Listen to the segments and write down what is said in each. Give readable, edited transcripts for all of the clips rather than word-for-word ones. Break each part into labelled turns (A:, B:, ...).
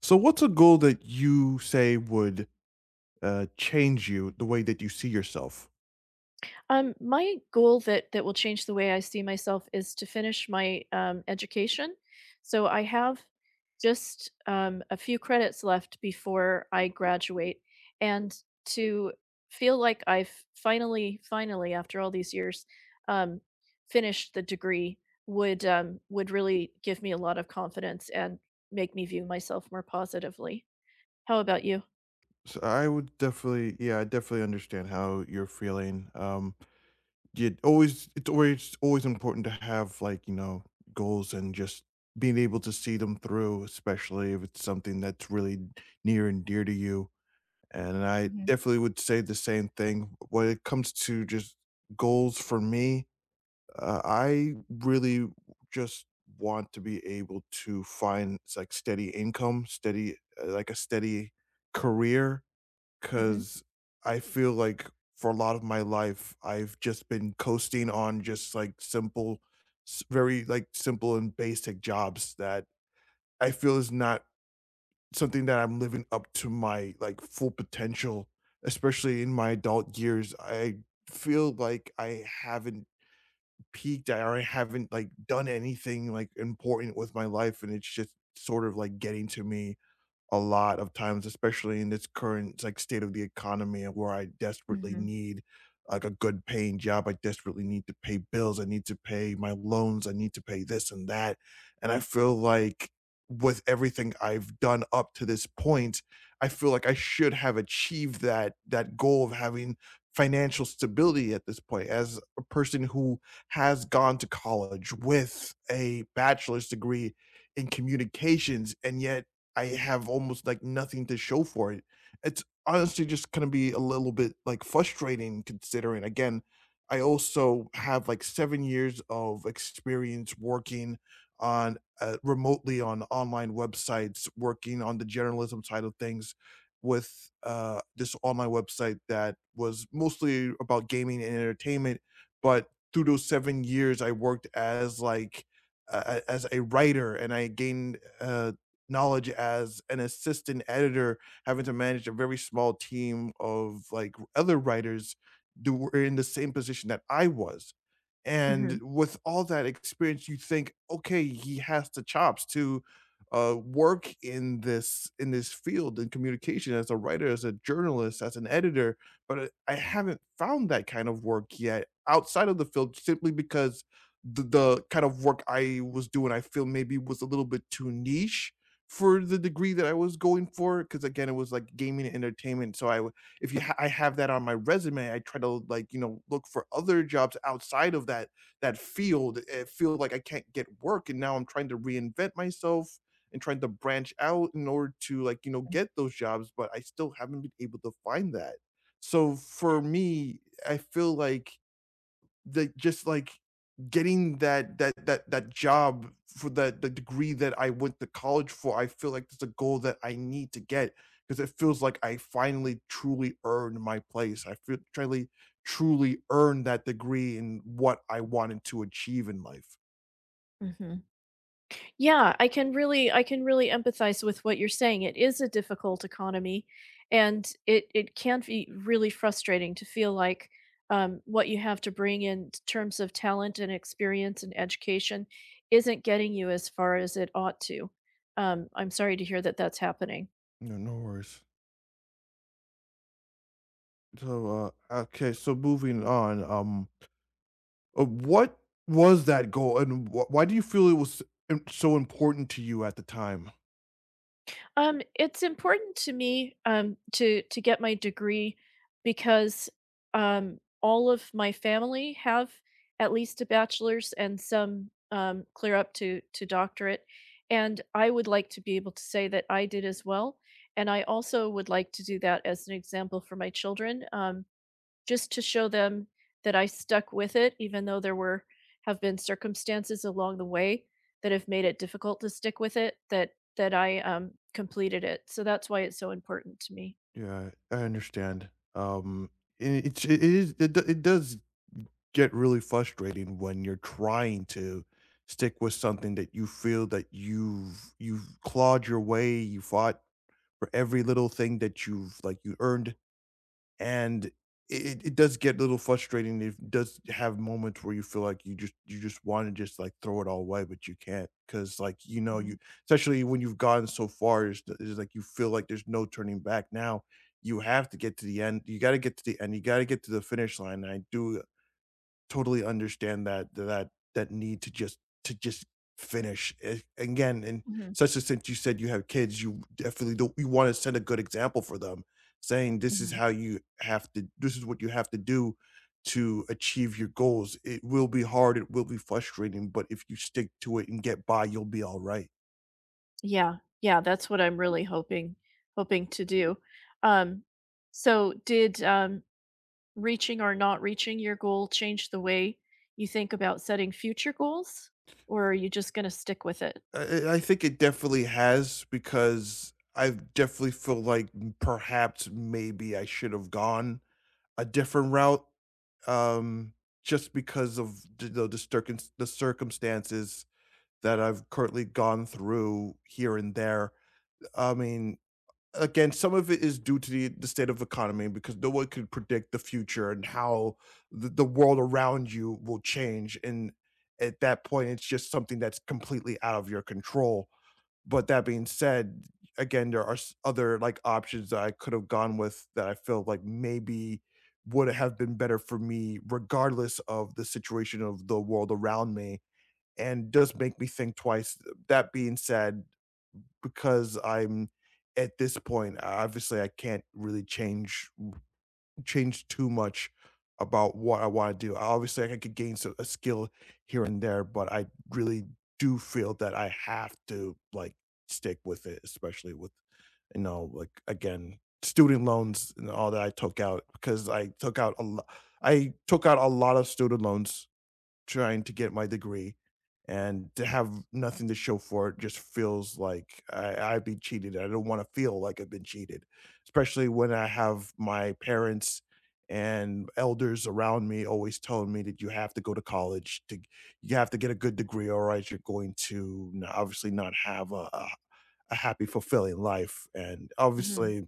A: So, what's a goal that you say would change you the way that you see yourself?
B: My goal that will change the way I see myself is to finish my education. So I have just a few credits left before I graduate, and to feel like I've finally, after all these years, um, finished the degree would would really give me a lot of confidence and make me view myself more positively. How about you?
A: So I would definitely, yeah, I definitely understand how you're feeling. You always, it's always, always important to have like you know goals and just being able to see them through, especially if it's something that's really near and dear to you. And I definitely would say the same thing when it comes to just goals for me. I really just want to be able to find s like steady income, steady like a steady career,
B: Hmm.
A: because I feel like for a lot of my life, I've just been coasting on just like simple, s very like simple and basic jobs that I feel is not something that I'm living up to my like full potential, especially in my adult years. I feel like I haven't peaked. I already haven't, like, done anything, like, important with my life, and it's just sort of, like, getting to me, a lot of times, especially in this current, like, state of the economy and where I desperately
B: Hmm.
A: need, like, a good paying job. I desperately need to pay bills. I need to pay my loans. I need to pay this and that. And I feel like with everything I've done up to this point, I feel like I should have achieved that goal of having financial stability at this point as a person who has gone to college with a bachelor's degree in communications, and yet I have almost like nothing to show for it. It's honestly just gonna be a little bit like frustrating considering again, I also have like 7 years of experience working on remotely on online websites, working on the journalism side of things with this online website that was mostly about gaming and entertainment. But through those 7 years, I worked as like as a writer, and I gained knowledge as an assistant editor, having to manage a very small team of like other writers who were in the same position that I was. And
B: Hmm.
A: with all that experience, you think, okay, he has the chops to work in this field in communication as a writer, as a journalist, as an editor. But I haven't found that kind of work yet outside of the field, simply because the kind of work I was doing, I feel maybe was a little bit too niche for the degree that I was going for, because again it was like gaming and entertainment, so if you ha- I have that on my resume, I try to like you know look for other jobs outside of that field, it feel like I can't get work, and now I'm trying to reinvent myself and trying to branch out in order to like you know get those jobs, but I still haven't been able to find that. So for me, I feel like the just like getting that job for the degree that I went to college for, I feel like it's a goal that I need to get, because it feels like I finally truly earned my place. I feel truly truly earned that degree in what I wanted to achieve in life.
B: Hmm. Yeah, I can really empathize with what you're saying. It is a difficult economy, and it can be really frustrating to feel like what you have to bring in terms of talent and experience and education isn't getting you as far as it ought to. I'm sorry to hear that that's happening.
A: No, no worries. So, okay, so moving on, what was that goal, and why do you feel it was so important to you at the time?
B: It's important to me, to get my degree because, all of my family have at least a bachelor's and some, clear up to doctorate, and I would like to be able to say that I did as well, and I also would like to do that as an example for my children. Just to show them that I stuck with it, even though there were have been circumstances along the way that have made it difficult to stick with it, that I completed it. So that's why it's so important to me.
A: Yeah, I understand. Um, it, it's it is it, do- it does get really frustrating when you're trying to stick with something that you feel that you've clawed your way, you fought for every little thing that you've like you earned, and it does get a little frustrating. It does have moments where you feel like you just wanna just, like, throw it all away, but you can't, not cause like, you know, you
B: Mhm.
A: especially when you've gotten so far, it's like you feel like there's no turning back now. You have to get to the end. You gotta get to the end. You gotta get to the finish line. And I do totally understand that need to just finish. Again, and
B: Mhm.
A: such as since you said you have kids, you definitely don't you want to set a good example for them, saying this is
B: Mhm.
A: how you have to this is what you have to do to achieve your goals. It will be hard, it will be frustrating, but if you stick to it and get by, you'll be all right.
B: Yeah, yeah, that's what I'm really hoping to do. Um, so did reaching or not reaching your goal change the way you think about setting future goals, or are you just going to stick with it?
A: I think it definitely has, because I definitely feel like perhaps maybe I should have gone a different route, um, just because of the circumstances that I've currently gone through here and there. I mean, again, some of it is due to the state of economy, because no one could predict the future and how the world around you will change, and at that point, it's just something that's completely out of your control. But that being said, again, there are s other, like, options that I could have gone with that I feel like maybe would have been better for me regardless of the situation of the world around me, and does make me think twice. That being said, because I'm at this point, obviously, I can't really change too much about what I want to do. Obviously, I could gain a skill here and there, but I really do feel that I have to like stick with it, especially with you know, like again, student loans and all that I took out, because I took out a lot. I took out a lot of student loans trying to get my degree, and to have nothing to show for it just feels like I've been cheated. I don't want to feel like I've been cheated, especially when I have my parents and elders around me always telling me that you have to go to college to you have to get a good degree, or else you're going to obviously not have a happy fulfilling life, and
B: Mhm.
A: obviously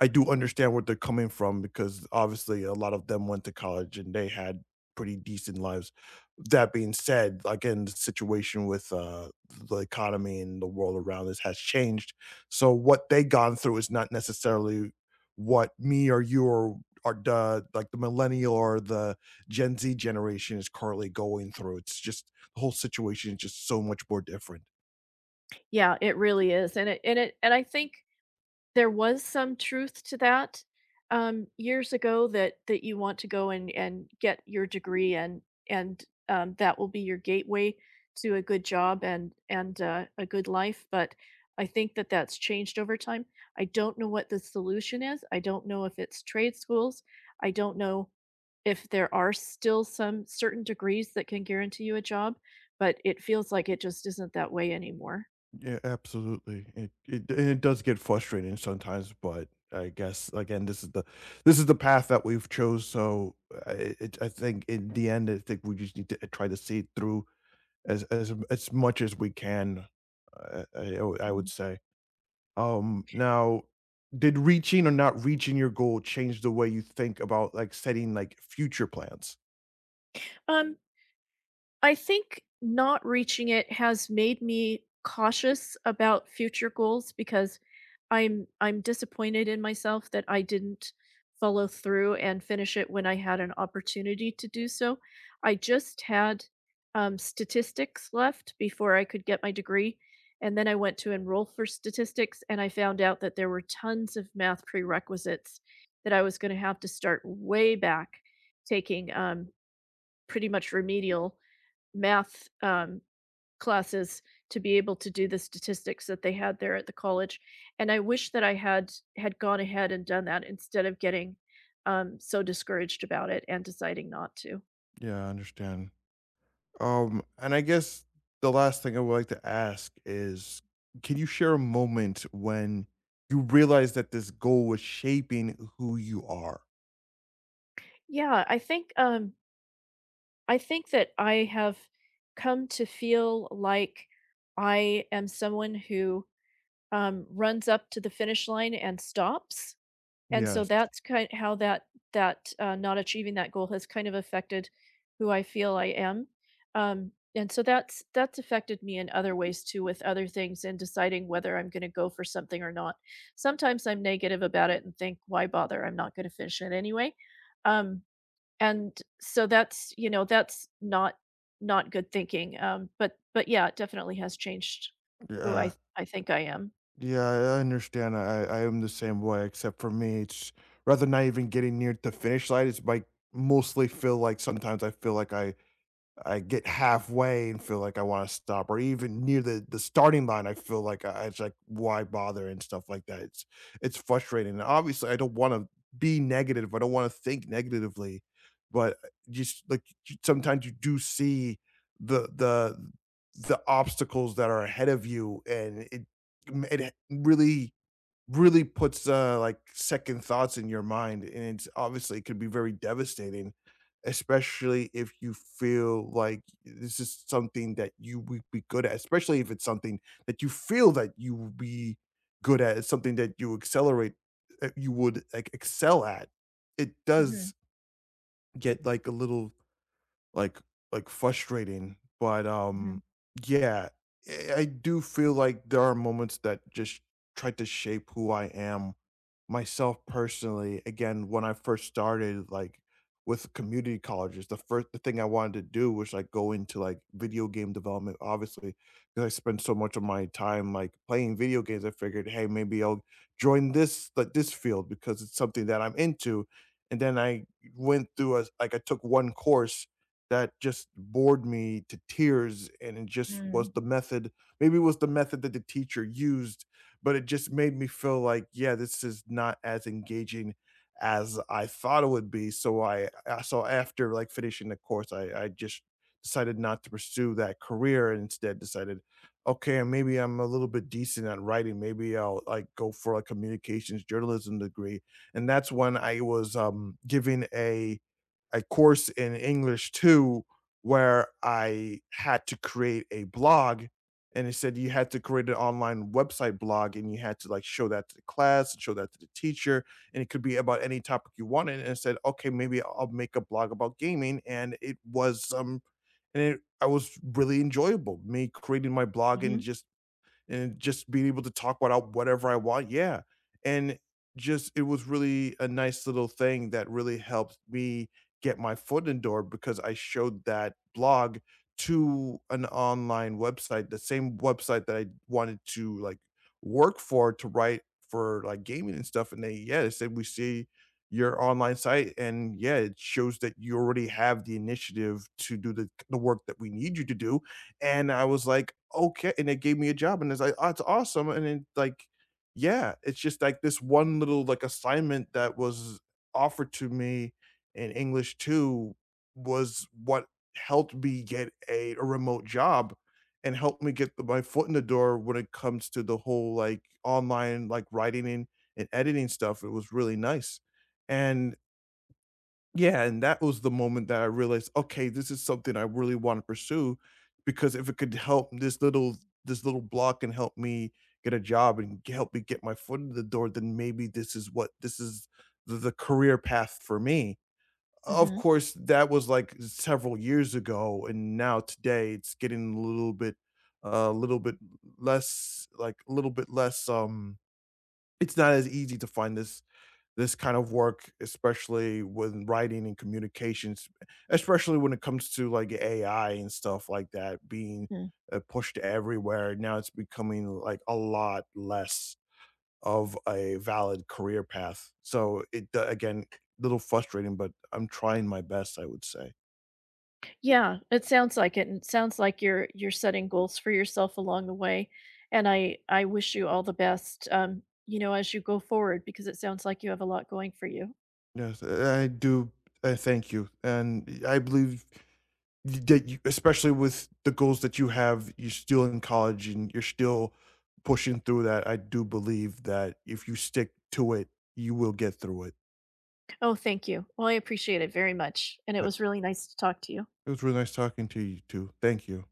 A: I do understand where they're coming from, because obviously a lot of them went to college and they had pretty decent lives. That being said, again, the situation with the economy and the world around us has changed. So what they gone through is not necessarily what me or you or the like the millennial or the Gen Z generation is currently going through. It's just the whole situation is just so much more different.
B: Yeah, it really is, and it and it and I think there was some truth to that, years ago that you want to go and get your degree and, that will be your gateway to a good job and, a good life, but I think that that's changed over time. I don't know what the solution is. I don't know if it's trade schools. I don't know if there are still some certain degrees that can guarantee you a job but it feels like it just isn't that way anymore.
A: Yeah, absolutely. It and it does get frustrating sometimes, but I guess again, this is the path that we've chose. So I it, I think in the end, I think we just need to try to see it through as as much as we can. I would
B: Mhm.
A: say. Now, did reaching or not reaching your goal change the way you think about, like, setting, like, future plans?
B: Um, I think not reaching it has made me cautious about future goals because I'm disappointed in myself that I didn't follow through and finish it when I had an opportunity to do so. I just had statistics left before I could get my degree, and then I went to enroll for statistics, and I found out that there were tons of math prerequisites that I was going to have to start way back taking pretty much remedial math, classes to be able to do the statistics that they had there at the college, and I wish that I had gone ahead and done that instead of getting, so discouraged about it and deciding not to.
A: Yeah, I understand. And I guess the last thing I would like to ask is, can you share a moment when you realized that this goal was shaping who you are?
B: Yeah, I think that I have come to feel like I am someone who, runs up to the finish line and stops. And so
A: Yes.
B: that's kind how that not achieving that goal has kind of affected who I feel I am. And so that's affected me in other ways too with other things and deciding whether I'm gonna go for something or not. Sometimes I'm negative about it and think, "Why bother? I'm not gonna finish it anyway." Um and so that's that's not not good thinking but yeah it definitely has changed who i
A: Yeah.
B: i think I am.
A: Yeah, I understand. I am the same way, except for me, it's rather not even getting near the finish line. It's like mostly feel like sometimes I feel like I get halfway and feel like I wanna stop, or even near the starting line, I feel like I it's like, "Why bother?" and stuff like that. It's frustrating, and obviously, I don't wanna be negative, I don't wanna think negatively, but, just, like, j sometimes you do see the the the obstacles that are ahead of you, and it really really puts, like, second thoughts in your mind, and it's obviously it could be very devastating, especially if you feel like this is something that you would be good at, especially if it's something that you feel that you would be good at, it's something that you accelerate you would, like, excel at. It does get, like, a little, like frustrating, but, yeah, I do feel like there are moments that just try to shape who I am. Myself personally, again, when I first started, like, with community colleges, the thing I wanted to do was, like, go into, like, video game development, obviously, because I spent so much of my time, like, playing video games, I figured, "Hey, maybe I'll join this field because it's something that I'm into," and then I went through a like, I took one course that just bored me to tears, and it just was the method, maybe it was the method that the teacher used, but it just made me feel like, yeah, this is not as engaging as I thought it would be. So I so after like finishing the course, I just decided not to pursue that career and instead decided, okay, maybe I'm a little bit decent at writing. Maybe I'll like go for like, a communications journalism degree. And that's when I was giving a course in English too, where I had to create a blog. And it said you had to create an online website blog and you had to like show that to the class and show that to the teacher. And it could be about any topic you wanted. And I said, okay, maybe I'll make a blog about gaming. And it was and it, I was really enjoyable. Me creating my blog
B: Mhm.
A: and just being able to talk about whatever I want. Yeah. And just it was really a nice little thing that really helped me get my foot in the door because I showed that blog to an online website, the same website that I wanted to like work for to write for like gaming and stuff. And they, yeah, they said, we see your online site and yeah, it shows that you already have the initiative to do the work that we need you to do. And I was like, okay. And they gave me a job and it's like, oh, it's awesome. And then like, yeah, it's just like this one little like assignment that was offered to me in English too was what helped me get a remote job and helped me get my foot in the door when it comes to the whole like online like writing and editing stuff. It was really nice. And yeah, and that was the moment that I realized, okay, this is something I really want to pursue because if it could help this little block and help me get a job and help me get my foot in the door, then maybe this is the career path for me. Of
B: Mhm.
A: course, that was like several years ago, and now today it's getting a little bit less, like a little bit less. It's not as easy to find this kind of work, especially with writing and communications, especially when it comes to like AI and stuff like that being
B: Mhm.
A: pushed everywhere. Now it's becoming like a lot less of a valid career path. So again, little frustrating, but I'm trying my best. I would say
B: Yeah, it sounds like it, and it sounds like you're setting goals for yourself along the way, and I wish you all the best, you know, as you go forward because it sounds like you have a lot going for you.
A: yes, I do. I thank you, and I believe that you, especially with the goals that you have, you're still in college and you're still pushing through that. I do believe that if you stick to it, you will get through it.
B: Oh, thank you. Well, I appreciate it very much, and it
A: Uh,
B: was really nice to talk to you.
A: It was really nice talking to you too. Thank you.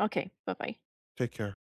B: Okay, bye bye.
A: Take care.